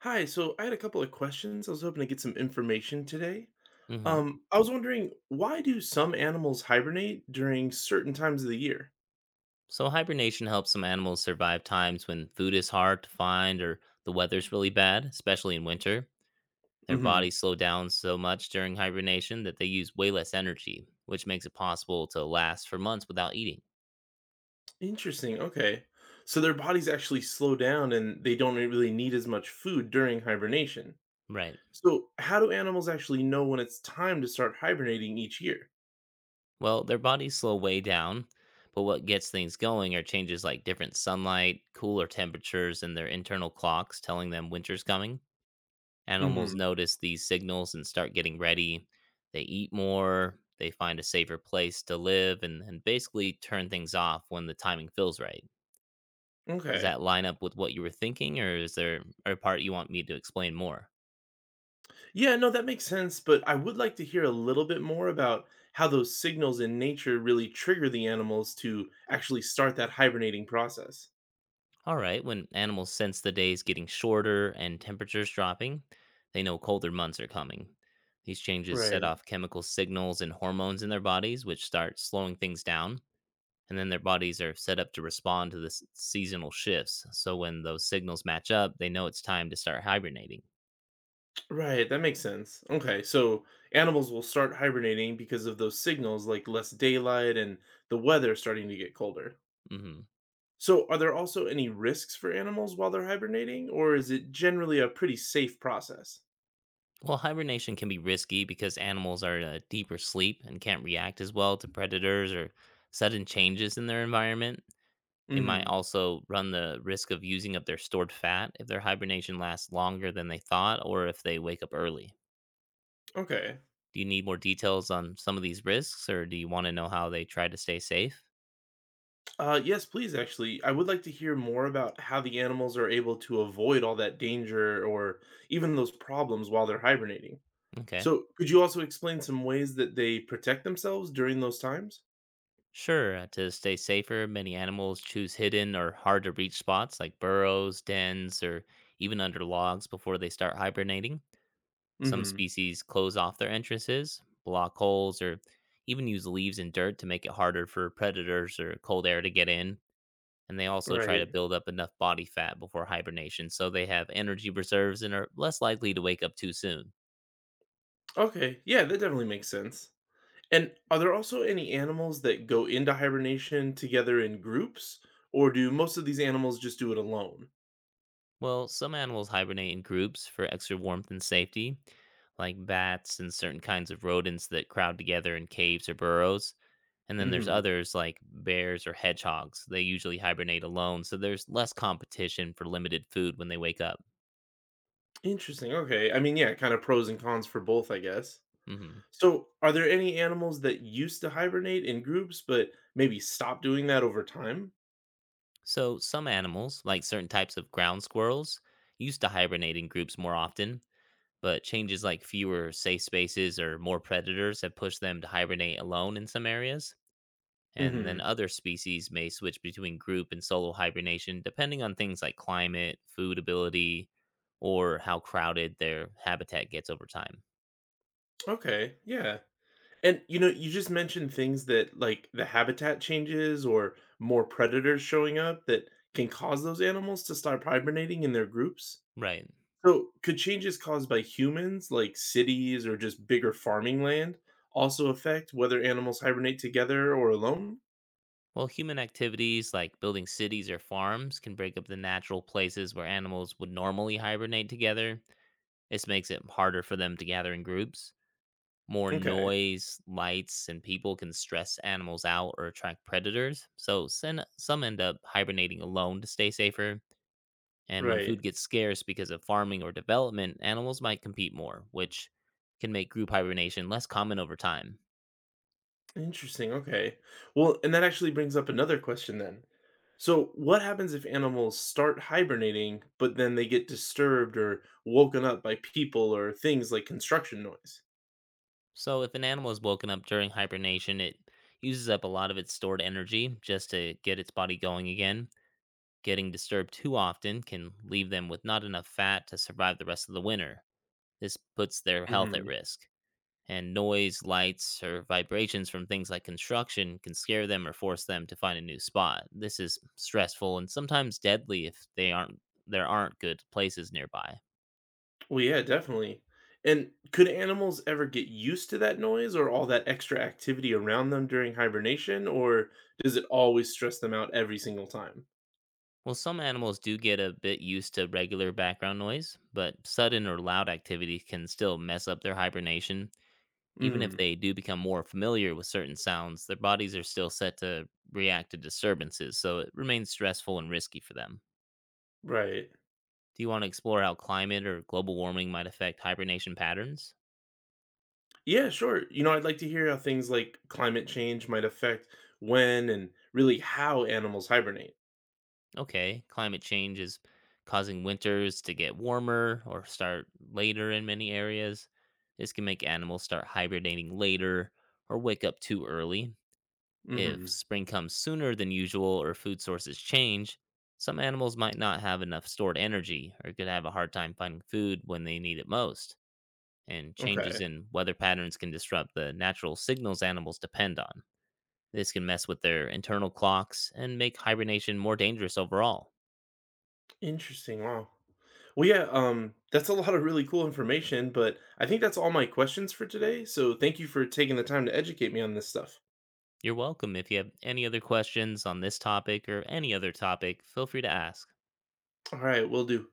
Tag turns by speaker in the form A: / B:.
A: Hi, so I had a couple of questions. I was hoping to get some information today.
B: Hmm.
A: I, Mhm, was wondering, why do some animals hibernate during certain times of the year?
B: So hibernation helps some animals survive times when food is hard to find or the weather's really bad, especially in winter. Their
A: Hmm.
B: bodies slow down so much during hibernation that they use way less energy, which makes it possible to last for months without eating.
A: Interesting. Okay. So their bodies actually slow down and they don't really need as much food during hibernation.
B: Right.
A: So how do animals actually know when it's time to start hibernating each year?
B: Well, their bodies slow way down, but what gets things going are changes like different sunlight, cooler temperatures, and their internal clocks telling them winter's coming. Animals
A: Hmm.
B: notice these signals and start getting ready. They eat more, they find a safer place to live, and, basically turn things off when the timing feels right. Does
A: Okay.
B: that line up with what you were thinking, or is there a part you want me to explain more?
A: Yeah, no, that makes sense, but I would like to hear a little bit more about how those signals in nature really trigger the animals to actually start that hibernating process.
B: All right, when animals sense the days getting shorter and temperatures dropping, they know colder months are coming. These changes set
A: Right.
B: off chemical signals and hormones in their bodies, which start slowing things down. And then their bodies are set up to respond to seasonal shifts. So when those signals match up, they know it's time to start hibernating.
A: Right, that makes sense. Okay, so animals will start hibernating because of those signals like less daylight and the weather starting to get colder.
B: Hmm.
A: So, are there also any risks for animals while they're hibernating, or is it generally a pretty safe process?
B: Well, hibernation can be risky because animals are in a deeper sleep and can't react as well to predators or sudden changes in their environment. They might
A: Hmm.
B: also run the risk of using up their stored fat if their hibernation lasts longer than they thought or if they wake up early.
A: Okay.
B: Do you need more details on some of these risks or do you want to know how they try to stay safe?
A: Yes, please, actually. I would like to hear more about how the animals are able to avoid all that danger or even those problems while they're hibernating.
B: Okay.
A: So, could you also explain some ways that they protect themselves during those times?
B: Sure. To stay safer, many animals choose hidden or hard to reach spots like burrows, dens, or even under logs before they start hibernating. Some
A: Hmm.
B: species close off their entrances, block holes, or even use leaves and dirt to make it harder for predators or cold air to get in. And they also try to
A: Right.
B: build up enough body fat before hibernation so they have energy reserves and are less likely to wake up too soon.
A: Okay. Yeah, that definitely makes sense. And are there also any animals that go into hibernation together in groups, or do most of these animals just do it alone?
B: Well, some animals hibernate in groups for extra warmth and safety, like bats and certain kinds of rodents that crowd together in caves or burrows. And then there's
A: Hmm.
B: others like bears or hedgehogs. They usually hibernate alone, so there's less competition for limited food when they wake up.
A: Interesting. Okay. I mean, yeah, kind of pros and cons for both, I guess.
B: Hmm.
A: So, are there any animals that used to hibernate in groups but maybe stopped doing that over time?
B: So some animals, like certain types of ground squirrels, used to hibernate in groups more often, but changes like fewer safe spaces or more predators have pushed them to hibernate alone in some areas. And then
A: Hmm.
B: other species may switch between group and solo hibernation depending on things like climate, food ability, or how crowded their habitat gets over time.
A: Okay, yeah. And you know, you just mentioned things that like the habitat changes or more predators showing up that can cause those animals to stop hibernating in their groups.
B: Right.
A: So, could changes caused by humans, like cities or just bigger farming land, also affect whether animals hibernate together or alone?
B: Well, human activities like building cities or farms can break up the natural places where animals would normally hibernate together. This makes it harder for them to gather in groups. More
A: Okay,
B: noise, lights, and people can stress animals out or attract predators. So some end up hibernating alone to stay safer. And when
A: right.
B: food gets scarce because of farming or development, animals might compete more, which can make group hibernation less common over time.
A: Interesting, okay. Well, and that actually brings up another question then. So, what happens if animals start hibernating, but then they get disturbed or woken up by people or things like construction noise?
B: So if an animal is woken up during hibernation, it uses up a lot of its stored energy just to get its body going again. Getting disturbed too often can leave them with not enough fat to survive the rest of the winter. This puts their health at
A: Hmm.
B: risk. And noise, lights, or vibrations from things like construction can scare them or force them to find a new spot. This is stressful and sometimes deadly if they aren't there aren't good places nearby.
A: Well, yeah, definitely. And could animals ever get used to that noise or all that extra activity around them during hibernation, or does it always stress them out every single time?
B: Well, some animals do get a bit used to regular background noise, but sudden or loud activity can still mess up their hibernation. Even if
A: Hmm.
B: they do become more familiar with certain sounds, their bodies are still set to react to disturbances, so it remains stressful and risky for them.
A: Right.
B: Do you want to explore how climate or global warming might affect hibernation patterns?
A: Yeah, sure. You know, I'd like to hear how things like climate change might affect when and really how animals hibernate.
B: Okay, climate change is causing winters to get warmer or start later in many areas. This can make animals start hibernating later or wake up too early. If
A: Hmm.
B: spring comes sooner than usual or food sources change, some animals might not have enough stored energy or could have a hard time finding food when they need it most. And changes
A: Okay.
B: in weather patterns can disrupt the natural signals animals depend on. This can mess with their internal clocks and make hibernation more dangerous overall.
A: Interesting. Wow. Well, yeah, that's a lot of really cool information, but I think that's all my questions for today. So thank you for taking the time to educate me on this stuff.
B: You're welcome. If you have any other questions on this topic or any other topic, feel free to ask.
A: All right, will do.